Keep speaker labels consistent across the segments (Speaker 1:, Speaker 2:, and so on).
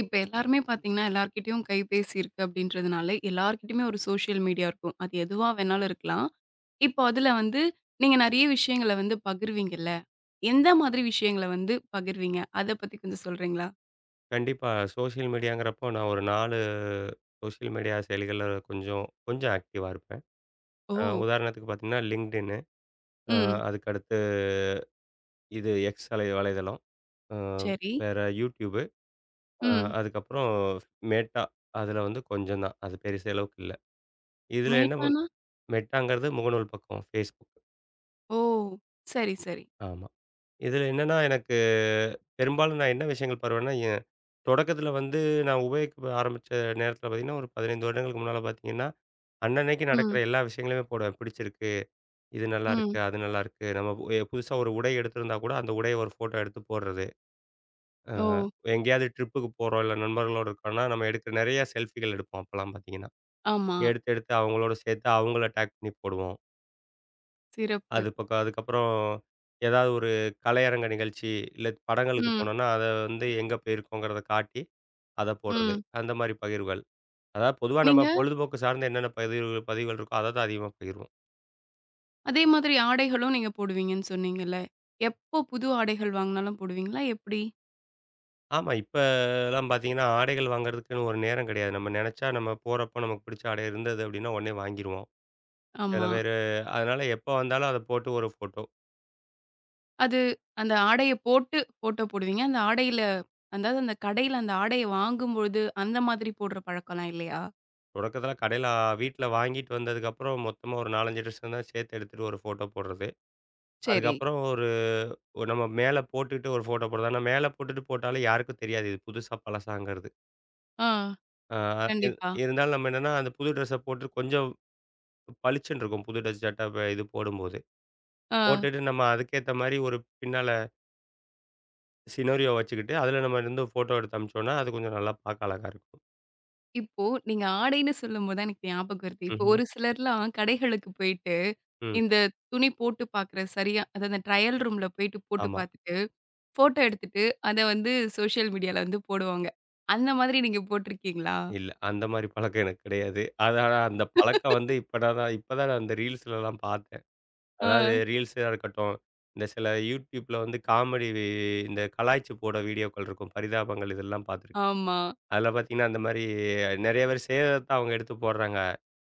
Speaker 1: இப்ப எல்லாருமே பார்த்தீங்கன்னா, எல்லார்கிட்டயும் கைபேசி இருக்கு அப்படின்றதுனால, எல்லார்கிட்டயுமே ஒரு சோசியல் மீடியா இருக்கும். அது எதுவா வேணாலும் இருக்கலாம். இப்போ அதுல வந்து நீங்க நெறைய விஷயங்கள வந்து பகிர்வீங்கல்ல. எந்த மாதிரி விஷயங்கள வந்து பகிர்வீங்க? அத பத்தி கொஞ்சம் சொல்றீங்களா?
Speaker 2: கண்டிப்பா. சோஷியல் மீடியாங்கிறப்போ நான் ஒரு 4 சோஷியல் மீடியா செயலிகள்ல கொஞ்சம் கொஞ்சம் ஆக்டிவா இருப்பேன்.
Speaker 1: ஓ!
Speaker 2: உதாரணத்துக்கு பார்த்தீங்கன்னா, LinkedIn. அ
Speaker 1: ம்.
Speaker 2: அதுக்கடுத்து இது X அலை வலைதளம். அ
Speaker 1: சரி.
Speaker 2: வேற YouTube. அ
Speaker 1: ம்.
Speaker 2: அதுக்கப்புறம் Meta. அதில வந்து கொஞ்சம் தான். அது பெருச அளவுக்கு இல்ல. இதில என்ன பண்
Speaker 1: மேட்டானா?
Speaker 2: Metaங்கிறது முகநூல் பக்கம் Facebook.
Speaker 1: ஓ! சரி, சரி.
Speaker 2: ஆமா. இதில என்னன்னா எனக்கு பெரும்பாலும் நான் என்ன விஷயங்கள் பருவேன்னா, தொடக்கத்தில வந்து நான் உபயோகிக்க ஆரம்பிச்ச நேரத்தில பார்த்தீங்கன்னா, ஒரு 15 வருடங்களுக்கு முன்னால பார்த்தீங்கன்னா அன்னன்னைக்கு நடக்கிற
Speaker 1: ம்,
Speaker 2: எல்லா விஷயங்களையுமே போடுவேன். பிடிச்சிருக்கு, இது
Speaker 1: ம்.
Speaker 2: நல்லாருக்கு, அது நல்லாருக்கு. நம்ம பு எ புதுசா ஒரு உடை எடுத்திருந்தா கூட, அந்த உடைய ஒரு ஃபோட்டோ எடுத்து போடுறது. அ
Speaker 1: ஓ!
Speaker 2: எங்கேயாவது ட்ரிப்புக்கு போறோம், இல்ல நண்பர்களோட இருக்கோம்னா, நம்ம எடுக்கிற நெறைய செல்ஃபிகள் எடுப்போம் அப்பலாம் பார்த்தீங்கன்னா.
Speaker 1: ஆமா.
Speaker 2: எடுத்து, எடுத்து அவங்களோட சேர்த்து அவங்கள டேக் பண்ணி போடுவோம்.
Speaker 1: சிறப்பு.
Speaker 2: அதுக்கப்புறம் ஏதாவது ஒரு கலையரங்க நிகழ்ச்சி, இல்ல படங்களுக்கு
Speaker 1: ம்,
Speaker 2: போனோம்னா, அத வந்து எங்க போயிருக்கோங்கிறத காட்டி, அத போடுறது.
Speaker 1: ம்.
Speaker 2: அந்த மாரி பகிர்வுகள். அதாவது பொதுவா நம்ம
Speaker 1: நீங்க
Speaker 2: பொழுதுபோக்கு சார்ந்த என்னென்ன பதிவுகள் பதிவுகள் இருக்கோ, அத தான் அதிகமா பகிர்வோம்.
Speaker 1: அதே மாதிரி ஆடைகளும் நீங்க போடுவீங்கன்னு சொன்னீங்கல்ல. எப்போ புது ஆடைகள் வாங்குனாலும் போடுவீங்களா? எப்படி?
Speaker 2: ஆமா. இப்பலாம் பார்த்தீங்கன்னா, ஆடைகள் வாங்குறதுக்குன்னு ஒரு நேரம் கிடையாது. நம்ம நெனச்சா நம்ம போறப்போ நமக்கு பிடிச்ச ஆடை இருந்தது அப்டின்னா, உடனே வாங்கிருவோம். சில
Speaker 1: ஆமா.
Speaker 2: பேரு அதனால எப்போ வந்தாலும் அத போட்டு ஒரு ஃபோட்டோ.
Speaker 1: அது அந்த ஆடைய போட்டு ஃபோட்டோ போடுவீங்க. அந்த ஆடையில அதாவது அந்த கடையில அந்த ஆடைய வாங்கும்பொழுது, அந்த மாதிரி போடுற பழக்கம்லாம் இல்லையா?
Speaker 2: தொடக்கத்தில கடையில வீட்ல வாங்கிட்டு வந்ததுக்கப்புறம் மொத்தமா ஒரு 4, 5 ட்ரெஸ் இருந்தா சேர்த்து எடுத்துட்டு ஒரு ஃபோட்டோ போடுறது.
Speaker 1: சரி.
Speaker 2: அதுக்கப்புறம் ஒரு ஒரு நம்ம மேல போட்டுட்டு ஒரு ஃபோட்டோ போடுறது. ஆனா மேல போட்டுட்டு போட்டாலும் யாருக்கும் தெரியாது இது புதுசா பழசாங்கிறது.
Speaker 1: ஆ.
Speaker 2: ஆ. இரு
Speaker 1: கண்டிப்பா.
Speaker 2: இருந்தாலும் நம்ம என்னன்னா, அந்த புது ட்ரெஸ்ஸ போட்டு கொஞ்சம் பளிச்சுன்னு இருக்கும். புது ட்ரெஸ் சட்ட இது போடும்போது.
Speaker 1: ஆ.
Speaker 2: போட்டுட்டு நம்ம அதுக்கேத்த மாரி ஒரு பின்னால சினோரியோ வச்சுக்கிட்டு, அதில நம்ம இருந்து ஃபோட்டோ எடுத்து அனுப்பிச்சோம்னா, அது கொஞ்சம் நல்லா பார்க்க அழகா இருக்கும்.
Speaker 1: இப்போ நீங்க ஆடைன்னு சொல்லும்போது தான் எனக்கு ஞாபகம் வருது. இப்போ
Speaker 2: ம்ஹ்ம்.
Speaker 1: ஒரு சிலர்லாம் கடைகளுக்கு போயிட்டு,
Speaker 2: ம்.
Speaker 1: இந்த துணி போட்டு பார்க்குற சரியா அதாவது அந்த ட்ரையல் ரூம்ல போயிட்டு போட்டு
Speaker 2: ஆமா.
Speaker 1: பார்த்துட்டு, ஃபோட்டோ எடுத்துட்டு அத வந்து சோஷியல் மீடியால வந்து போடுவாங்க. அந்த மாதிரி நீங்க போட்டுருக்கீங்களா?
Speaker 2: இல்ல. அந்த மாரி பழக்கம் எனக்கு கிடையாது. அது ஆனா அந்த பழக்கம் வந்து இப்ப தான் நான் அந்த ரீல்ஸ்லலாம் பார்த்தேன்.
Speaker 1: ஆ.
Speaker 2: அதாவது ரீல்ஸா இருக்கட்டும், இந்த சில YouTubeல வந்து காமெடி இந்த கலாய்ச்சு போட வீடியோக்கள் இருக்கும். பரிதாபங்கள் இதெல்லாம் பார்த்துருக்கேன்.
Speaker 1: ஆமா.
Speaker 2: அதில பார்த்தீங்கன்னா, அந்த மாரி நெறைய பேர் செய்றத அவங்க எடுத்து போடுறாங்க.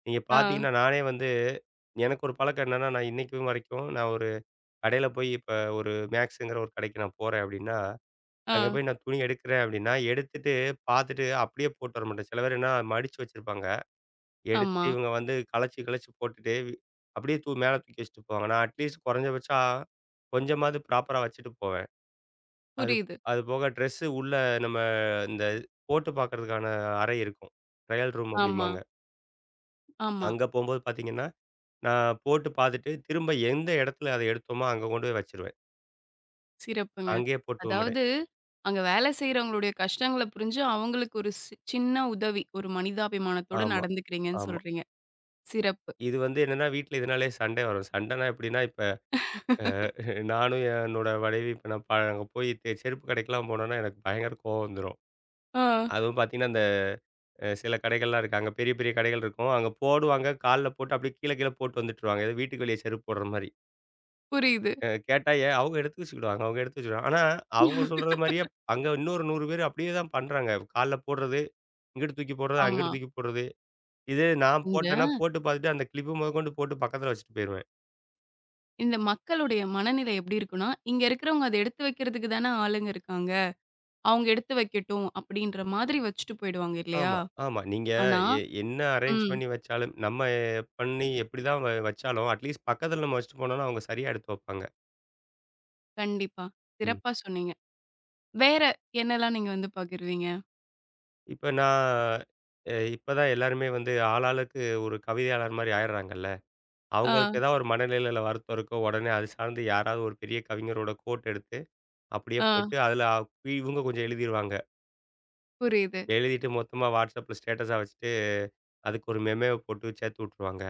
Speaker 2: நீங்க
Speaker 1: ஆ.
Speaker 2: பார்த்தீங்கன்னா, நானே வந்து எனக்கு ஒரு பழக்கம் என்னன்னா, நான் இன்னைக்கும் வரைக்கும் நான் ஒரு கடையில போய் இப்ப ஒரு மேக்ஸுங்கிற ஒரு கடைக்கு நான் போறேன் அப்டின்னா,
Speaker 1: ஆ.
Speaker 2: அங்க போய் நான் துணி எடுக்கிறேன் அப்டின்னா, எடுத்துட்டு பார்த்துட்டு அப்படியே போட்டு வர மாட்டேன். சில பேர் என்ன மடிச்சு வச்சிருப்பாங்க. எடுத்து
Speaker 1: ஆமா.
Speaker 2: இவங்க வந்து கிழச்சு போட்டுட்டு அப்படியே மேல தூக்கி வச்சுட்டு போவாங்க. நான் அட்லீஸ்ட் குறைஞ்சபட்சம் கொஞ்சமாவது ப்ராப்பரா வச்சுட்டு போவேன். அது
Speaker 1: புரியுது.
Speaker 2: அது போக ட்ரெஸ்ஸு உள்ள நம்ம இந்த போட்டு பார்க்கறதுக்கான அறை இருக்கும். ட்ரையல் ரூம்
Speaker 1: ஆமா.
Speaker 2: அப்படிம்பாங்க.
Speaker 1: ஆமா.
Speaker 2: அங்க போம்போது பார்த்தீங்கன்னா, நான் போட்டு பார்த்துட்டு, திரும்ப எந்த இடத்துல அத எடுத்தோமோ அங்க கொண்டு போய் வச்சுருவேன்.
Speaker 1: சிறப்புங்க.
Speaker 2: அங்கேயே போட்டுக்க மாட்டேன்.
Speaker 1: அதாவது அங்க வேலை செய்றவங்களுடைய கஷ்டங்கள புரிஞ்சு, அவங்களுக்கு ஒரு சின்ன உதவி. ஒரு மனிதாபிமானத்தோட
Speaker 2: ஆமா,
Speaker 1: நடந்துக்கிறீங்கன்னு
Speaker 2: ஆமா.
Speaker 1: சொல்றீங்க. சிறப்பு.
Speaker 2: இது வந்து என்னன்னா, வீட்ல இதனாலேயே சண்டை வரும். சண்டைனா எப்படின்னா, இப்ப அ நானும் என்னோட மனைவி இப்ப நான் ப அங்க போய் செருப்பு கடைக்கெல்லாம் போனோம்னா, எனக்கு பயங்கர கோவம் வந்துரும்.
Speaker 1: ஆ
Speaker 2: அதுவும் பார்த்தீங்கன்னா, இந்த அ சில கடைகள்லாம் இருக்கு. அங்க பெரிய பெரிய கடைகள் இருக்கும். அங்க போடுவாங்க. கால்ல போட்டு அப்படியே கீழ கீழ போட்டு வந்துட்டுருவாங்க. ஏதோ வீட்டுக்கு வெளிய செருப்பு போடுற மாரி.
Speaker 1: புரியுது.
Speaker 2: கேட்டா, ஏன் அவங்க எடுத்து வச்சுக்கிடுவாங்க. அவங்க எடுத்து வச்சுக்கிடுவாங்க. ஆனா, அவங்க சொல்றது மாரியே அங்க இன்னொரு 100 பேர் அப்படியே தான் பண்றாங்க. கால்ல போடுறது, இங்கிட்டு தூக்கி போடுறது,
Speaker 1: ஆமா.
Speaker 2: அங்கிட்டு தூக்கி போடுறது. இதே நான்
Speaker 1: இந்த
Speaker 2: போட்டேன்னா, போட்டு பார்த்துட்டு அந்த கிளிப்பு மொதக்கொண்டு போட்டு பக்கத்துல வச்சுட்டு போயிருவேன்.
Speaker 1: இந்த மக்களுடைய மனநிலை எப்படி இருக்குன்னா, இங்க இருக்கிறவங்க அத எடுத்து வைக்கிறதுக்கு தானே ஆளுங்க இருக்காங்க. அவங்க எடுத்து வைக்கட்டும் அப்படின்ற மாதிரி வச்சுட்டு போயிடுவாங்க இல்லையா?
Speaker 2: ஆமா, ஆமா. நீங்க
Speaker 1: ஆனா
Speaker 2: என்ன அரேஞ்ச்
Speaker 1: ம்.
Speaker 2: பண்ணி வச்சாலும், நம்ம பண்ணி எப்படி தான் வச்சாலும், அட்லீஸ்ட் பக்கத்துல நம்ம வச்சுட்டு போனோம்னா, அவங்க சரியா எடுத்து வைப்பாங்க.
Speaker 1: கண்டிப்பா.
Speaker 2: ம்.
Speaker 1: சிறப்பா சொன்னீங்க. வேற என்னலாம் நீங்க வந்து பகிர்வீங்க?
Speaker 2: இப்ப நான் இப்ப தான் எல்லாருமே வந்து ஆளாளுக்கு ஒரு கவிதையாளர் மாரி ஆயிடுறாங்கல்ல.
Speaker 1: ஆ,
Speaker 2: அவங்களுக்கு ஏதாவது ஒரு மனநிலையில வருத்தம் இருக்கோ, உடனே அது சார்ந்து யாராவது ஒரு பெரிய கவிஞரோட கோட் எடுத்து, அப்படியே
Speaker 1: ஆ.
Speaker 2: போட்டு அதில இவங்க கொஞ்சம் எழுதிருவாங்க.
Speaker 1: புரியுது.
Speaker 2: எழுதிட்டு மொத்தமா WhatsAppல ஸ்டேட்டஸா வச்சுட்டு, அதுக்கு ஒரு மெமேவ போட்டு சேர்த்து விட்டுருவாங்க.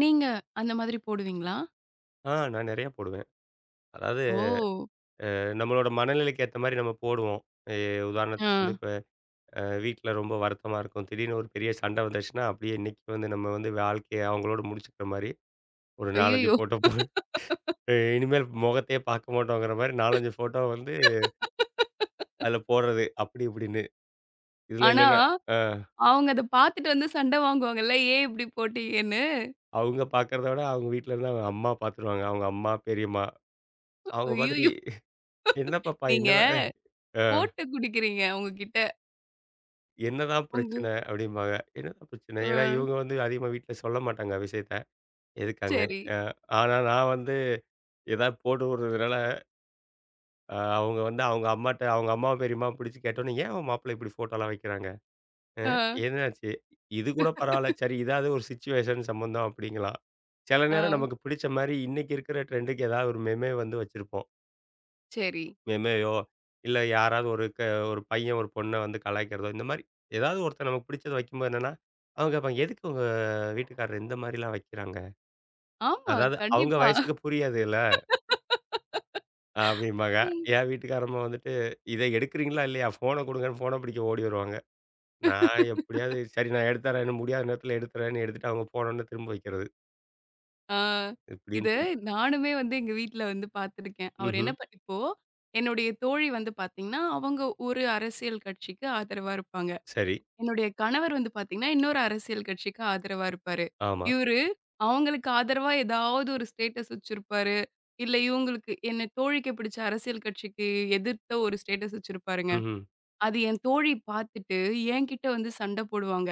Speaker 1: நீங்க அந்த மாதிரி போடுவீங்களா?
Speaker 2: ஆ, நான் நிறைய போடுவேன். அதாவது
Speaker 1: ஓ!
Speaker 2: நம்மளோட மனநிலைக்கு ஏத்த மாரி நம்ம போடுவோம். எ
Speaker 1: ஆ.
Speaker 2: உதாரணத்துக்கு வந்து இப்ப வீட்ல ரொம்ப வருத்தமா இருக்கும். திடீர்னு ஒரு பெரிய சண்டை வந்துருச்சுன்னா, அப்படியே இன்னைக்கு வந்து நம்ம வந்து வாழ்க்கைய அவங்களோட முடிச்சுக்கிற மாரி ஒரு 4, 5
Speaker 1: ஐயய்யோ!
Speaker 2: போட்டோ போ இனிமேல் முகத்தையே பார்க்க மாட்டோங்கிற மாரி 4, 5 போட்டோ வந்து அதில போடுறது. அப்படி இப்படின்னு. இதுல
Speaker 1: ஆனா,
Speaker 2: என்னன்னா, அ
Speaker 1: அவங்க அத பார்த்துட்டு வந்து சண்ட வாங்குவாங்கல்ல, ஏன் இப்படி போட்டீங்கன்னு?
Speaker 2: அவங்க பார்க்கறத விட அவங்க வீட்ல இருந்து அவங்க அம்மா பார்த்துருவாங்க. அவங்க அம்மா, பெரியம்மா அவங்க மாதிரி
Speaker 1: ஐயய்யோ!
Speaker 2: "என்ன பாப்பா
Speaker 1: நீங்க
Speaker 2: என்னதான் அ
Speaker 1: போட்டு குடுக்குறீங்க அவங்ககிட்ட.
Speaker 2: என்னதான்
Speaker 1: உங்க
Speaker 2: பிரச்சனை?" அப்படிம்பாங்க. "என்னதான் பிரச்சனை?"
Speaker 1: அ
Speaker 2: ஏன்னா இவங்க வந்து அதிகமா வீட்ல சொல்ல மாட்டாங்க விஷயத்த. எதுக்காங்க.
Speaker 1: சரி.
Speaker 2: ஆனா நான் வந்து ஏதாவது போட்டு விடுறதுனால, அவங்க வந்து அவங்க அம்மாட்ட அவங்க அம்மா, பெரியம்மாவ பிடிச்சு கேட்டோன்னே, "ஏன் உன் மாப்பிள்ளை இப்படி ஃபோட்டோலாம் வைக்கிறாங்க? அ
Speaker 1: ஆ,
Speaker 2: என்னாச்சு?" இது கூட பரவால்ல. சரி இதாவது ஒரு சிச்சுவேஷன் சம்பந்தம் அப்படிங்கலாம். சில
Speaker 1: ஆ,
Speaker 2: நேரம் நமக்கு பிடிச்ச மாரி இன்னைக்கு இருக்கிற ட்ரெண்டுக்கு ஏதாவது ஒரு மெமே வந்து வச்சிருப்போம்.
Speaker 1: சரி.
Speaker 2: மெமேயோ, இல்ல யாராவது ஒரு பையன், ஒரு பொண்ண வந்து கலாய்க்கிறதோ, இந்த மாரி ஏதாவது ஒருத்தன் நமக்கு பிடிச்சத வைக்கும்போது என்னன்னா, அவங்க கேட்பாங்க, "எதுக்கு உங்க வீட்டுக்காரர் இந்த மாரிலாம் வைக்கிறாங்க?"
Speaker 1: ஆமா,
Speaker 2: அதாவது அவங்க
Speaker 1: கண்டிப்பா.
Speaker 2: வயசுக்கு புரியாதுல்ல. அப்படிம்பாங்க. என் வீட்டுக்காரம்மா வந்துட்டு, "இத எடுக்கிறீங்களா இல்லையா? ஃபோன குடுங்கன்னு" ஃபோன பிடிக்க ஓடி வருவாங்க. நான் எப்படியாவது, "சரி நான் எடுத்து தரேன்னு" முடியாத நேரத்தில எடுத்து தரேன்னு எடுத்துட்டு அவங்க போனோனே திரும்ப வைக்கிறது.
Speaker 1: ஆ.
Speaker 2: இப்படின்னு
Speaker 1: இது
Speaker 2: சொல்லி
Speaker 1: நானுமே வந்து எங்க வீட்ல வந்து பார்த்துருக்கேன். அவர் என்ன
Speaker 2: ம்ஹ்ம்.
Speaker 1: இப்போ என்னுடைய தோழி வந்து பார்த்தீங்கன்னா, அவங்க ஒரு அரசியல் கட்சிக்கு ஆதரவா இருப்பாங்க.
Speaker 2: சரி.
Speaker 1: என்னுடைய கணவர் வந்து பாத்தீங்கன்னா, இன்னொரு அரசியல் கட்சிக்கு ஆதரவா இருப்பாரு.
Speaker 2: ஆமா.
Speaker 1: இவரு அவங்களுக்கு ஆதரவா ஏதாவது ஒரு ஸ்டேட்டஸ் வச்சிருப்பாரு. இல்ல இவங்களுக்கு என்ன தோழிக்கு பிடிச்ச அரசியல் கட்சிக்கு எதிர்த்த ஒரு ஸ்டேட்டஸ் வச்சிருப்பாருங்க.
Speaker 2: ம்ஹ்ம்.
Speaker 1: அது என் தோழி பாத்துட்டு என்கிட்ட வந்து சண்டை போடுவாங்க.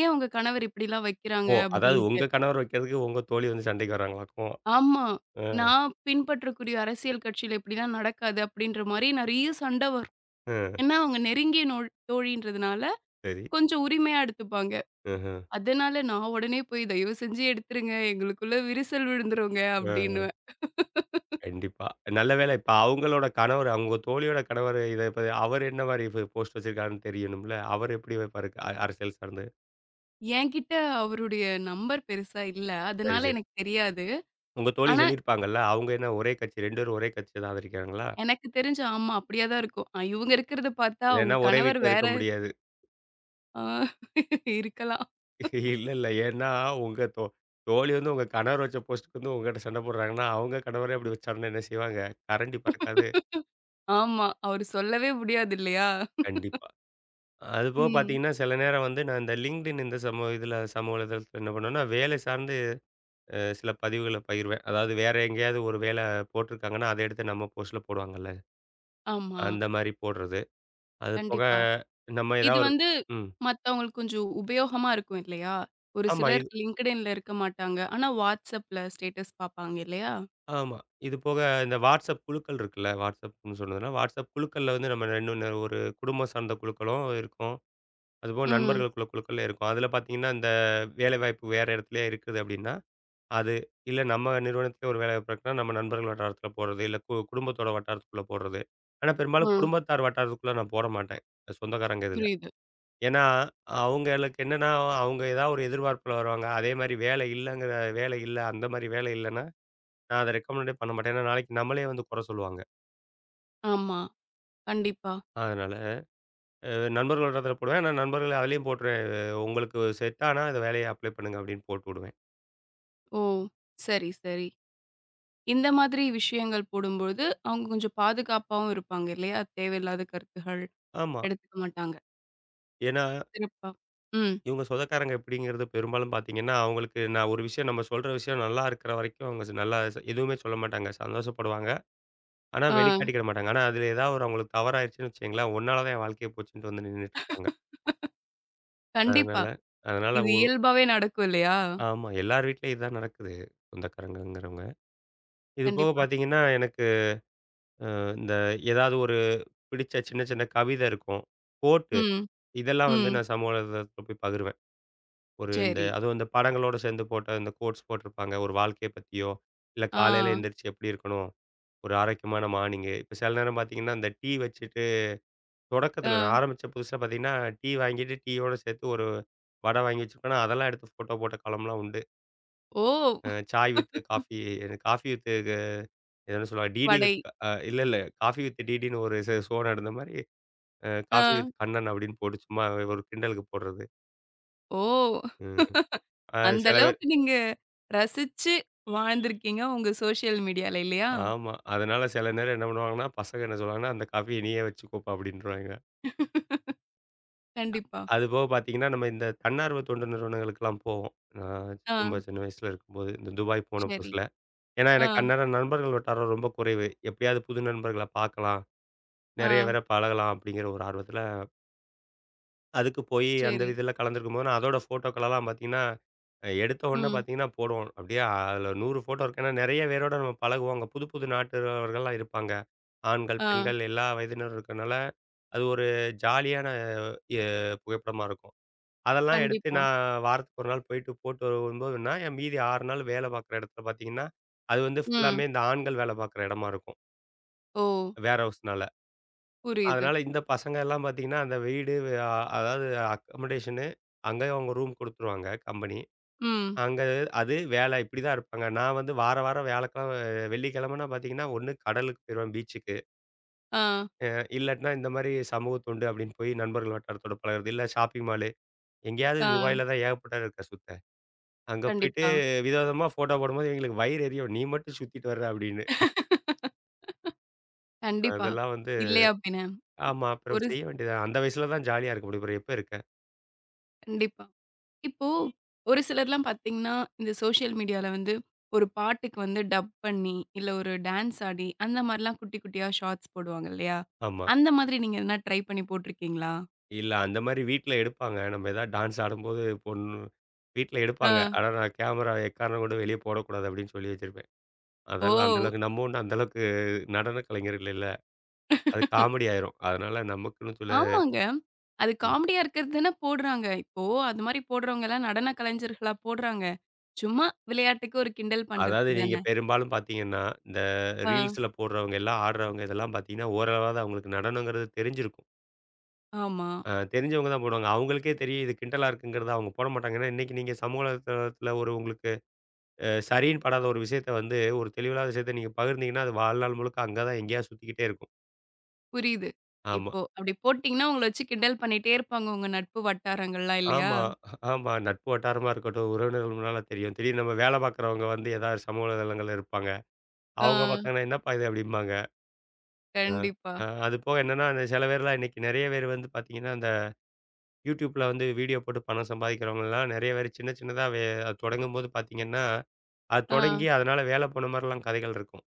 Speaker 1: "ஏன் உங்க கணவர் இப்படிலாம் வைக்கிறாங்க?"
Speaker 2: ஓ! அதாவது
Speaker 1: அப்படின்ட்டு.
Speaker 2: உங்க கணவர் வைக்கிறதுக்கு உங்க தோழி வந்து சண்டைக்கு வராங்களாக்கும்.
Speaker 1: ஆமா.
Speaker 2: அ,
Speaker 1: நான் பின்பற்றக்கூடிய அரசியல் கட்சியில இப்படிலாம் நடக்காது அப்படின்ற மாரி நெறைய சண்டை வரும்.
Speaker 2: அ.
Speaker 1: ஏன்னா அவங்க நெருங்கிய தோழின்றதுனால
Speaker 2: சரி.
Speaker 1: கொஞ்சம் உரிமையா எடுத்துப்பாங்க.
Speaker 2: ம்ஹ்ம்.
Speaker 1: அதனால நான் உடனே போய் "தயவு செஞ்சு எடுத்துருங்க. எங்களுக்குள்ள விரிசல் விழுந்துருங்க"
Speaker 2: அ
Speaker 1: அப்டின்னுவேன்.
Speaker 2: கண்டிப்பா. நல்ல வேளை இப்ப அவங்களோட கணவர், அவங்க தோழியோட கணவர் இத பத்தி அவர் என்ன மாரி போஸ்ட் வச்சிருக்காருன்னு தெரியணும்ல. அவர் எப்படி வைப்பாரு அரசியல் சார்ந்து?
Speaker 1: என்கிட்ட அவருடைய நம்பர் பெருசா இல்ல.
Speaker 2: சரி,
Speaker 1: அதனால
Speaker 2: சரி.
Speaker 1: எனக்கு தெரியாது.
Speaker 2: உங்க தோழி
Speaker 1: ஆனா
Speaker 2: சொல்லியிருப்பாங்கல்ல. அவங்க என்ன ஒரே கட்சி 2 பேரும் ஒரே கட்சிய தான் ஆதரிக்கிறாங்களா?
Speaker 1: எனக்கு தெரிஞ்சு ஆமா அப்டியே தான் இருக்கும். இவங்க இருக்கிறத பார்த்தா அவங்க
Speaker 2: இல்லன்னா ஒரே
Speaker 1: கணவர்
Speaker 2: வீட்ல இருக்க
Speaker 1: வேற
Speaker 2: முடியாது.
Speaker 1: ஆ இருக்கலாம்.
Speaker 2: இல்ல, இல்ல. ஏன்னா உங்க தோ தோழி வந்து உங்க கணவர் வச்ச போஸ்ட்டுக்கு வந்து உங்ககிட்ட சண்டை போடுறாங்கன்னா, அவங்க கணவரே அப்படி வச்சாருன்னா என்ன செய்வாங்க? கரண்டி பறக்காது.
Speaker 1: ஆமா. அவரு சொல்லவே முடியாது இல்லையா?
Speaker 2: கண்டிப்பா. அதுபோக
Speaker 1: ம்.
Speaker 2: பார்த்தீங்கன்னா, சில நேரம் வந்து நான் இந்த LinkedIn இந்த சமூக இதுல சமூக வலைதளத்துல என்ன பண்ணுவேன்னா, வேலை சார்ந்து சில பதிவுகள பகிர்வேன். அதாவது வேற எங்கேயாவது ஒரு வேல போட்டிருக்காங்கன்னா, அத எடுத்து நம்ம போஸ்ட்ல போடுவாங்கல்ல.
Speaker 1: ஆமா.
Speaker 2: அந்த மாரி போடுறது. அது போக
Speaker 1: கண்டிப்பா.
Speaker 2: நம்ம
Speaker 1: இது
Speaker 2: ஏதாவது ஒரு
Speaker 1: வந்து
Speaker 2: ம்.
Speaker 1: மத்தவங்களுக்கு கொஞ்சம் உபயோகமா இருக்கும் இல்லையா? ஒரு
Speaker 2: ஆமா.
Speaker 1: சிலர்
Speaker 2: இது
Speaker 1: LinkedInல இருக்க மாட்டாங்க. ஆனா WhatsAppல ஸ்டேட்டஸ் பார்ப்பாங்க இல்லையா?
Speaker 2: ஆமா. இது போக இந்த WhatsApp குழுக்கள் இருக்குல்ல. WhatsAppன்னு சொன்னதுனா, WhatsApp குழுக்கள்ல வந்து நம்ம 2 ஒரு குடும்பம் சார்ந்த குழுக்களும் இருக்கும். அதுபோக
Speaker 1: ம்.
Speaker 2: நண்பர்களுக்குள்ள குழுக்கள்ல இருக்கும். அதுல பார்த்தீங்கன்னா, இந்த வேலைவாய்ப்பு வேற இடத்துலயே இருக்குது அப்படின்னா, அது. இல்ல நம்ம நிறுவனத்திலே ஒரு வேலை வாய்ப்பு இருக்குன்னா, நம்ம நண்பர்கள் வட்டாரத்தில போடுறது. இல்ல குடும்பத்தோட வட்டாரத்துக்குள்ள போடுறது. ஆனா பெரும்பாலும்
Speaker 1: ம்.
Speaker 2: குடும்பத்தார் வட்டாரத்துக்குள்ள நான் போட மாட்டேன். சொந்தக்காரங்க இதில.
Speaker 1: புரியுது.
Speaker 2: ஏன்னா, அவங்களுக்கு என்னன்னா, அவங்க ஏதாவது ஒரு எதிர்பார்ப்புல வருவாங்க. அதே மாரி வேலை இல்ல, அந்த மாரி வேலை இல்லன்னா, நான் அத ரெக்கமெண்டே பண்ண மாட்டேன். ஏன்னா, நாளைக்கு நம்மளே வந்து குறை சொல்லுவாங்க.
Speaker 1: ஆமா. கண்டிப்பா.
Speaker 2: அதனால அ நண்பர்கள் வட்டாரத்தில போடுவேன். ஆனா நண்பர்கள் அதிலேயும் போட்டுருவேன். உங்களுக்கு செட் ஆனா இந்த வேலைய அப்ளை பண்ணுங்க அப்டின்னு போட்டுவுடுவேன்.
Speaker 1: ஓ! சரி, சரி. இந்த மாதிரி விஷயங்கள் போடும்பொழுது, அவங்க கொஞ்சம் பாதுகாப்பாவும் இருப்பாங்க இல்லையா? தேவையில்லாத கருத்துகள்
Speaker 2: ஆமா.
Speaker 1: எடுத்துக்க மாட்டாங்க.
Speaker 2: ஏன்னா
Speaker 1: சிறப்பா. ம்.
Speaker 2: இவங்க சொந்தக்காரங்க எப்படிங்கிறது பெரும்பாலும் பார்த்தீங்கன்னா, அவங்களுக்கு நான் ஒரு விஷயம் நம்ம சொல்ற விஷயம் நல்லா இருக்கிற வரைக்கும் அவங்க ஸ் நல்லா ஸ் எதுவுமே சொல்ல மாட்டாங்க. சந்தோஷப்படுவாங்க. ஆனா
Speaker 1: ஆ
Speaker 2: வெளிக்காட்டிக்கிட மாட்டாங்க. ஆனா அதில ஏதாவது ஒரு அவங்களுக்கு தவறாயிருச்சுன்னு வச்சுக்கங்களேன், உன்னால தான் என் வாழ்க்கையே போச்சுன்ட்டு வந்து நின்னுட்டுருப்பாங்க.
Speaker 1: கண்டிப்பா.
Speaker 2: அதனால அதனால
Speaker 1: இது
Speaker 2: ஒ
Speaker 1: இயல்பாவே நடக்கும் இல்லையா?
Speaker 2: ஆமா. எல்லார் வீட்லயும் இதுதான் நடக்குது. சொந்தக்காரங்கங்கிறவங்க. இது போக
Speaker 1: கண்டிப்பா.
Speaker 2: பார்த்தீங்கன்னா, எனக்கு அ இந்த ஏதாவது ஒரு பிடிச்ச சின்ன சின்ன கவிதை இருக்கும். கோட்டு
Speaker 1: ம்.
Speaker 2: இதெல்லாம் வந்து
Speaker 1: ம்.
Speaker 2: நான் சமூக வலைதளத்தில போய் பகிர்வேன். ஒரு இந்த
Speaker 1: சரி.
Speaker 2: அதுவும் இந்த படங்களோட சேர்ந்து போட்ட இந்த கோட்ஸ் போட்டிருப்பாங்க. ஒரு வாழ்க்கைய பத்தியோ, இல்ல
Speaker 1: ஆ.
Speaker 2: காலையில எந்திரிச்சு எப்படி இருக்கணும்? ஒரு ஆரோக்கியமான மார்னிங். இப்ப சில நேரம் பார்த்தீங்கன்னா, இந்த டீ வச்சுட்டு
Speaker 1: ஆ.
Speaker 2: தொடக்கத்தில நான் ஆரம்பிச்ச புதுசுல பார்த்தீங்கன்னா, டீ வாங்கிட்டு டீயோட சேர்த்து ஒரு வடை வாங்கி வச்சிருப்பேனா, அதெல்லாம் எடுத்து ஃபோட்டோ போட்ட காலம்லாம் உண்டு.
Speaker 1: ஓ!
Speaker 2: Chai with coffee coffee with என்ன சொல்லுவாங்க? DD
Speaker 1: vada.
Speaker 2: வித் இல்ல இல்ல காஃபி வித் டிடின்னு ஒரு ச ஷோ நடந்த மாரி,
Speaker 1: ஆ.
Speaker 2: காஃபி வித் கண்ணன் அப்படின்னு போட்டு சும்மா ஒரு கிண்டலுக்கு போடுறது.
Speaker 1: ஓ!
Speaker 2: ம். அ
Speaker 1: அந்த
Speaker 2: சில பேர்
Speaker 1: அளவுக்கு நீங்க ரசிச்சு வாழ்ந்திருக்கீங்க உங்க சோசியல் மீடியால இல்லையா?
Speaker 2: ஆமா. அதனால சில நேரம் என்ன பண்ணுவாங்கன்னா, பசங்க என்ன சொல்லுவாங்கன்னா, "அந்த காஃபிய நீயே வச்சுக்கோப்பா" அப்படின்ருவாய்ங்க.
Speaker 1: கண்டிப்பா.
Speaker 2: அதுபோக பாத்தீங்கன்னா, நம்ம இந்த தன்னார்வ தொண்டு நிறுவனங்களுக்குலாம் போவோம். நான்
Speaker 1: ஆ.
Speaker 2: ரொம்ப சின்ன வயசுல இருக்கும்போது, இந்த துபாய் போன
Speaker 1: சரி.
Speaker 2: புதுசுல. ஏன்னா,
Speaker 1: ஆ.
Speaker 2: எனக்கு அந்நேரம் நண்பர்கள் வட்டாரம் ரொம்ப குறைவு. எப்பயாவது புது நண்பர்கள பாக்கலாம்,
Speaker 1: ஆ.
Speaker 2: நெறைய பேர பழகலாம் அப்படிங்கிற ஒரு ஆர்வத்துல அதுக்கு போயி அந்த
Speaker 1: சரி.
Speaker 2: இதுல கலந்துருக்கும்போது, நான் அதோட ஃபோட்டோக்களெல்லாம் பார்த்தீங்கன்னா, எடுத்த உடனே
Speaker 1: ம்.
Speaker 2: பார்த்தீங்கன்னா போடுவோம். அப்படியே அதில 100 ஃபோட்டோ இருக்கு. ஏன்னா நெறைய பேரோட நம்ம பழகுவோம். அங்க புது புது நாட்டவர்கள்லாம் இருப்பாங்க. ஆண்கள்,
Speaker 1: ஆ.
Speaker 2: பெண்கள் எல்லா வயதினரும் இருக்கனால, அது ஒரு ஜாலியான எ புகைப்படமா இருக்கும். அதெல்லாம் எடுத்து
Speaker 1: கண்டிப்பா.
Speaker 2: நான் வாரத்துக்கு 1 நாள் போயிட்டு போட்டு வரும்போதுன்னா, என் மீதி 6 நாள் வேலை பார்க்குற இடத்துல பார்த்தீங்கன்னா, அது வந்து ஃபுல்லாமே
Speaker 1: ம்.
Speaker 2: இந்த ஆண்கள் வேலை பார்க்குற இடமா இருக்கும்.
Speaker 1: ஓ!
Speaker 2: வேர் ஹவுஸ்னால.
Speaker 1: புரியுது.
Speaker 2: அதனால இந்த பசங்க எல்லாம் பார்த்தீங்கன்னா, அந்த வீடு வே- அ அதாவது அக்கமடேஷனு அங்கேயே அவங்க ரூம் குடுத்துருவாங்க கம்பெனி.
Speaker 1: ம்.
Speaker 2: அங்க அது வேலை இப்படி தான் இருப்பாங்க. நான் வந்து வார வாரம் வெள்ளிக்கிழமைனா பார்த்தீங்கன்னா, ஒண்ணு கடலுக்கு போயிருவேன் பீச்சுக்கு.
Speaker 1: ஆ.
Speaker 2: அ இல்லாட்டினா இந்த மாரி சமூக தொண்டு அப்படின்னு போய் நண்பர்கள் வட்டாரத்தோட பழகுறது. இல்ல ஷாப்பிங் மாலு. எங்கேயாவது
Speaker 1: ஆ.
Speaker 2: துபாயில தான் ஏகப்பட்ட இருக்கேன் சுத்த. அங்க போயிட்டு
Speaker 1: கண்டிப்பா.
Speaker 2: விதவிதமா ஃபோட்டோ போடும்போது எங்களுக்கு வயிறு எரியும். நீ மட்டும் சுத்திட்டு வர்ற அப்படின்னு.
Speaker 1: கண்டிப்பா.
Speaker 2: அதெல்லாம் வந்து
Speaker 1: இல்லையா பின்ன.
Speaker 2: ஆமா. அப்புறம்
Speaker 1: ஒரு ஸ்
Speaker 2: செய்ய வேண்டியது தான். அந்த வயசுல தான் ஜாலியா இருக்க முடியும். அப்புறம் எப்ப இருக்க?
Speaker 1: கண்டிப்பா. இப்போ ஒரு சிலர்லாம் பார்த்தீங்கன்னா, இந்த சோஷியல் மீடியால வந்து ஒரு பாட்டுக்கு வந்து டப் பண்ணி, இல்ல ஒரு டான்ஸ் ஆடி, அந்த மாரிலாம் குட்டி குட்டியா ஷார்ட்ஸ் போடுவாங்க இல்லையா?
Speaker 2: ஆமா.
Speaker 1: அந்த மாதிரி நீங்க எதனா ட்ரை பண்ணி போட்டுருக்கீங்களா?
Speaker 2: இல்ல அந்த மாரி வீட்ல எடுப்பாங்க. நம்ம ஏதாவது டான்ஸ் ஆடும்போது பொண்ணு வீட்ல
Speaker 1: ஆ.
Speaker 2: எடுப்பாங்க. ஆனா நான் கேமரா எக்காரணம் கொண்டும் வெளிய போடக்கூடாது அப்படின்னு சொல்லி வச்சிருப்பேன்.
Speaker 1: ஓ!
Speaker 2: அதெல்லாம் அந்த அளவுக்கு நம்ம ஒண்ணும் அந்த அளவுக்கு நடன கலைஞர்கள் இல்ல. அது காமெடி ஆயிரும். அதனால நமக்குன்னு சில
Speaker 1: ஆமாங்க. அது
Speaker 2: ம்.
Speaker 1: காமெடியா இருக்கிறது தானே போடுறாங்க. இப்போ அது மாரி போடுறவங்கலாம் நடன கலைஞர்களா போடுறாங்க. சும்மா விளையாட்டுக்கு ஒரு கிண்டல்
Speaker 2: அதாவது
Speaker 1: பண்றதுக்கு
Speaker 2: நீங்க
Speaker 1: தானே.
Speaker 2: பெரும்பாலும் பார்த்தீங்கன்னா, இந்த
Speaker 1: ஆ,
Speaker 2: ரீல்ஸ்ல போடுறவங்க எல்லாம் ஆடுறவங்க இதெல்லாம் பார்த்தீங்கன்னா, ஓரளவாவது அவங்களுக்கு நடனங்கிறது தெரிஞ்சிருக்கும்.
Speaker 1: ஆமா.
Speaker 2: தெரிஞ்சவங்க தான் போடுவாங்க. அவங்களுக்கே தெரியும் இது கிண்டலா இருக்குங்கிறத அவங்க போட மாட்டாங்க. ஏன்னா, இன்னைக்கு நீங்க சமூக வலைதளத்தில ஒரு உங்களுக்கு சரின்னு படாத ஒரு விஷயத்த வந்து, ஒரு தெளிவில்லாத விஷயத்த நீங்க பகிர்ந்தீங்கன்னா, அது வாழ்நாள் முழுக்க அங்க தான் எங்கேயாவது சுத்திக்கிட்டே இருக்கும்.
Speaker 1: புரியுது.
Speaker 2: ஆமா.
Speaker 1: இப்போ அப்படி போட்டீங்கன்னா, உங்கள வச்சு கிண்டல் பண்ணிட்டே இருப்பாங்க உங்க நட்பு வட்டாரங்கள்லாம் இல்லையா?
Speaker 2: ஆமா. ஆமா. நட்பு வட்டாரமா இருக்கட்டும், உறவினர்கள் முன்னால தெரியும். திடீர்னு நம்ம வேலை பார்க்குறவங்க வந்து ஏதாவது சமூக வலைதளங்கள்ல இருப்பாங்க.
Speaker 1: ஆ,
Speaker 2: அவங்க பார்த்தாங்கன்னா, "என்னப்பா இது?" அப்படிம்பாங்க. அ
Speaker 1: கண்டிப்பா.
Speaker 2: அ அது போக என்னன்னா, அந்த சில பேர்லாம் இன்னைக்கு நெறைய பேர் வந்து பார்த்தீங்கன்னா, அந்த YouTubeல வந்து வீடியோ போட்டு பணம் சம்பாதிக்கிறவங்கலாம் நெறைய பேர் சின்ன சின்னதா அது தொடங்கும்போது பார்த்தீங்கன்னா, அது
Speaker 1: ஆ,
Speaker 2: தொடங்கி அதனால வேலை போன மாரிலாம் கதைகள் இருக்கும்.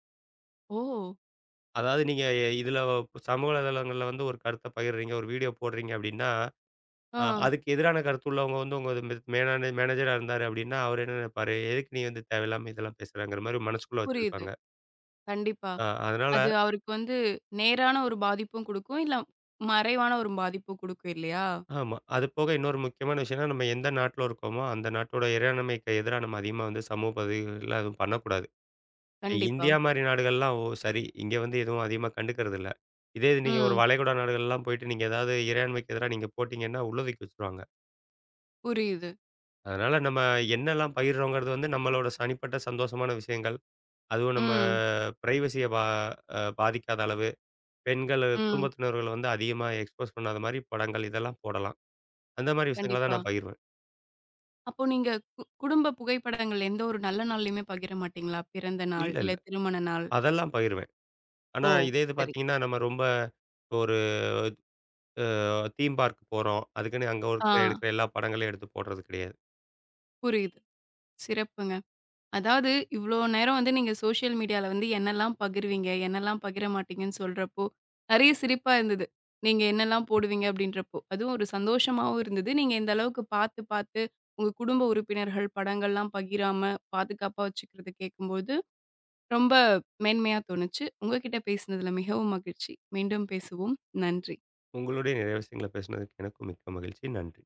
Speaker 1: ஓ!
Speaker 2: அதாவது நீங்க சமூக வலைதளங்கள்ல வந்து ஒரு கருத்த பகிர்றீங்க, ஒரு வீடியோ போடுறீங்க அப்டின்னா,
Speaker 1: ஆ,
Speaker 2: அதுக்கு எதிரான கருத்து உள்ளவங்க வந்து உங்க மேலான மேனேஜரா இருந்தாரு அப்டின்னா, அவரு என்ன நினைப்பாரு? எதுக்கு நீ வந்து தேவையில்லாம இதெல்லாம் பேசுறங்கிற மாரி மனசுக்குள்ள
Speaker 1: புரியுது.
Speaker 2: வச்சிருப்பாங்க.
Speaker 1: கண்டிப்பா.
Speaker 2: அதனால
Speaker 1: அது அவருக்கு வந்து நேரான ஒரு பாதிப்பும் குடுக்கும். இல்ல மறைவான ஒரு பாதிப்பும் குடுக்கும் இல்லையா?
Speaker 2: ஆமா. அது போக இன்னொரு முக்கியமான விஷயம்னா, நம்ம எந்த நாட்ல இருக்கோமோ, அந்த நாட்டோட இறையாண்மைக்கு எதிரா நம்ம அதிகமா வந்து சமூக பதவிகள்ல எதுவும் பண்ணக்கூடாது.
Speaker 1: கண்டிப்பா.
Speaker 2: இந்தியா மாரி நாடுகள்லாம் ஓ சரி. இங்க வந்து எதுவும் அதிகமா கண்டுக்கறதில்ல. இதே இது நீங்க ஒரு
Speaker 1: ம்.
Speaker 2: வளைகுடா நாடுகள்லாம் போயிட்டு நீங்க ஏதாவது இறையாண்மைக்கு எதிரா நீங்க போட்டீங்கன்னா, உள்ள தூக்கி வச்சுருவாங்க.
Speaker 1: புரியுது.
Speaker 2: அதனால நம்ம என்னெல்லாம் பயிர்றோங்கிறது வந்து நம்மளோட தனிப்பட்ட சந்தோஷமான விஷயங்கள். அதுவும் நம்ம
Speaker 1: ம்,
Speaker 2: பிரைவசிய பா அ பாதிக்காத அளவு, பெண்கள்,
Speaker 1: ம்.
Speaker 2: குடும்பத்தினர்கள் வந்து அதிகமா எக்ஸ்போஸ் பண்ணாத மாரி படங்கள் இதெல்லாம் போடலாம். அந்த மாரி விஷயங்கள தான்
Speaker 1: கண்டிப்பா.
Speaker 2: நான் பகிர்வேன்.
Speaker 1: அப்போ நீங்க குடும்ப புகைப்படங்கள் எந்த ஒரு நல்ல நாள்லயுமே பகிர மாட்டீங்களா? பிறந்த நாள்,
Speaker 2: இல்ல, இல்ல.
Speaker 1: இல்ல திருமண நாள்.
Speaker 2: அதெல்லாம் பகிர்வேன். ஆனா
Speaker 1: ஓ!
Speaker 2: இதே இது
Speaker 1: சரி.
Speaker 2: பார்த்தீங்கன்னா, நம்ம ரொம்ப ஒரு தீம் பார்க் போறோம். அதுக்குன்னு அங்க
Speaker 1: ஆ
Speaker 2: இருக்கிற எடுக்கிற எல்லா படங்களையும் எடுத்து போடுறது கிடையாது.
Speaker 1: புரியுது. சிறப்புங்க. அதாவது இவ்ளோ நேரம் வந்து நீங்க சோஷியல் மீடியால வந்து என்னலாம் பகிர்வீங்க, என்னலாம் பகிர மாட்டீங்கன்னு சொல்றப்போ, நெறைய சிரிப்பா இருந்தது. நீங்க என்னலாம் போடுவீங்க அப்படின்றப்போ. அதுவும் ஒரு சந்தோஷமாவும் இருந்தது. நீங்க இந்த அளவுக்கு பார்த்து பார்த்து உங்க குடும்ப உறுப்பினர்கள் படங்கள்லாம் பகிராம பாதுகாப்பா வச்சுக்கிறத கேட்கும்போது ரொம்ப மேன்மையா தோணுச்சு. உங்க கிட்ட பேசினதுல மிகவும் மகிழ்ச்சி. மீண்டும் பேசுவோம். நன்றி.
Speaker 2: உங்களுடைய நிறைய விஷயங்கள பேசினதுக்கு எனக்கும் மிக்க மகிழ்ச்சி. நன்றி.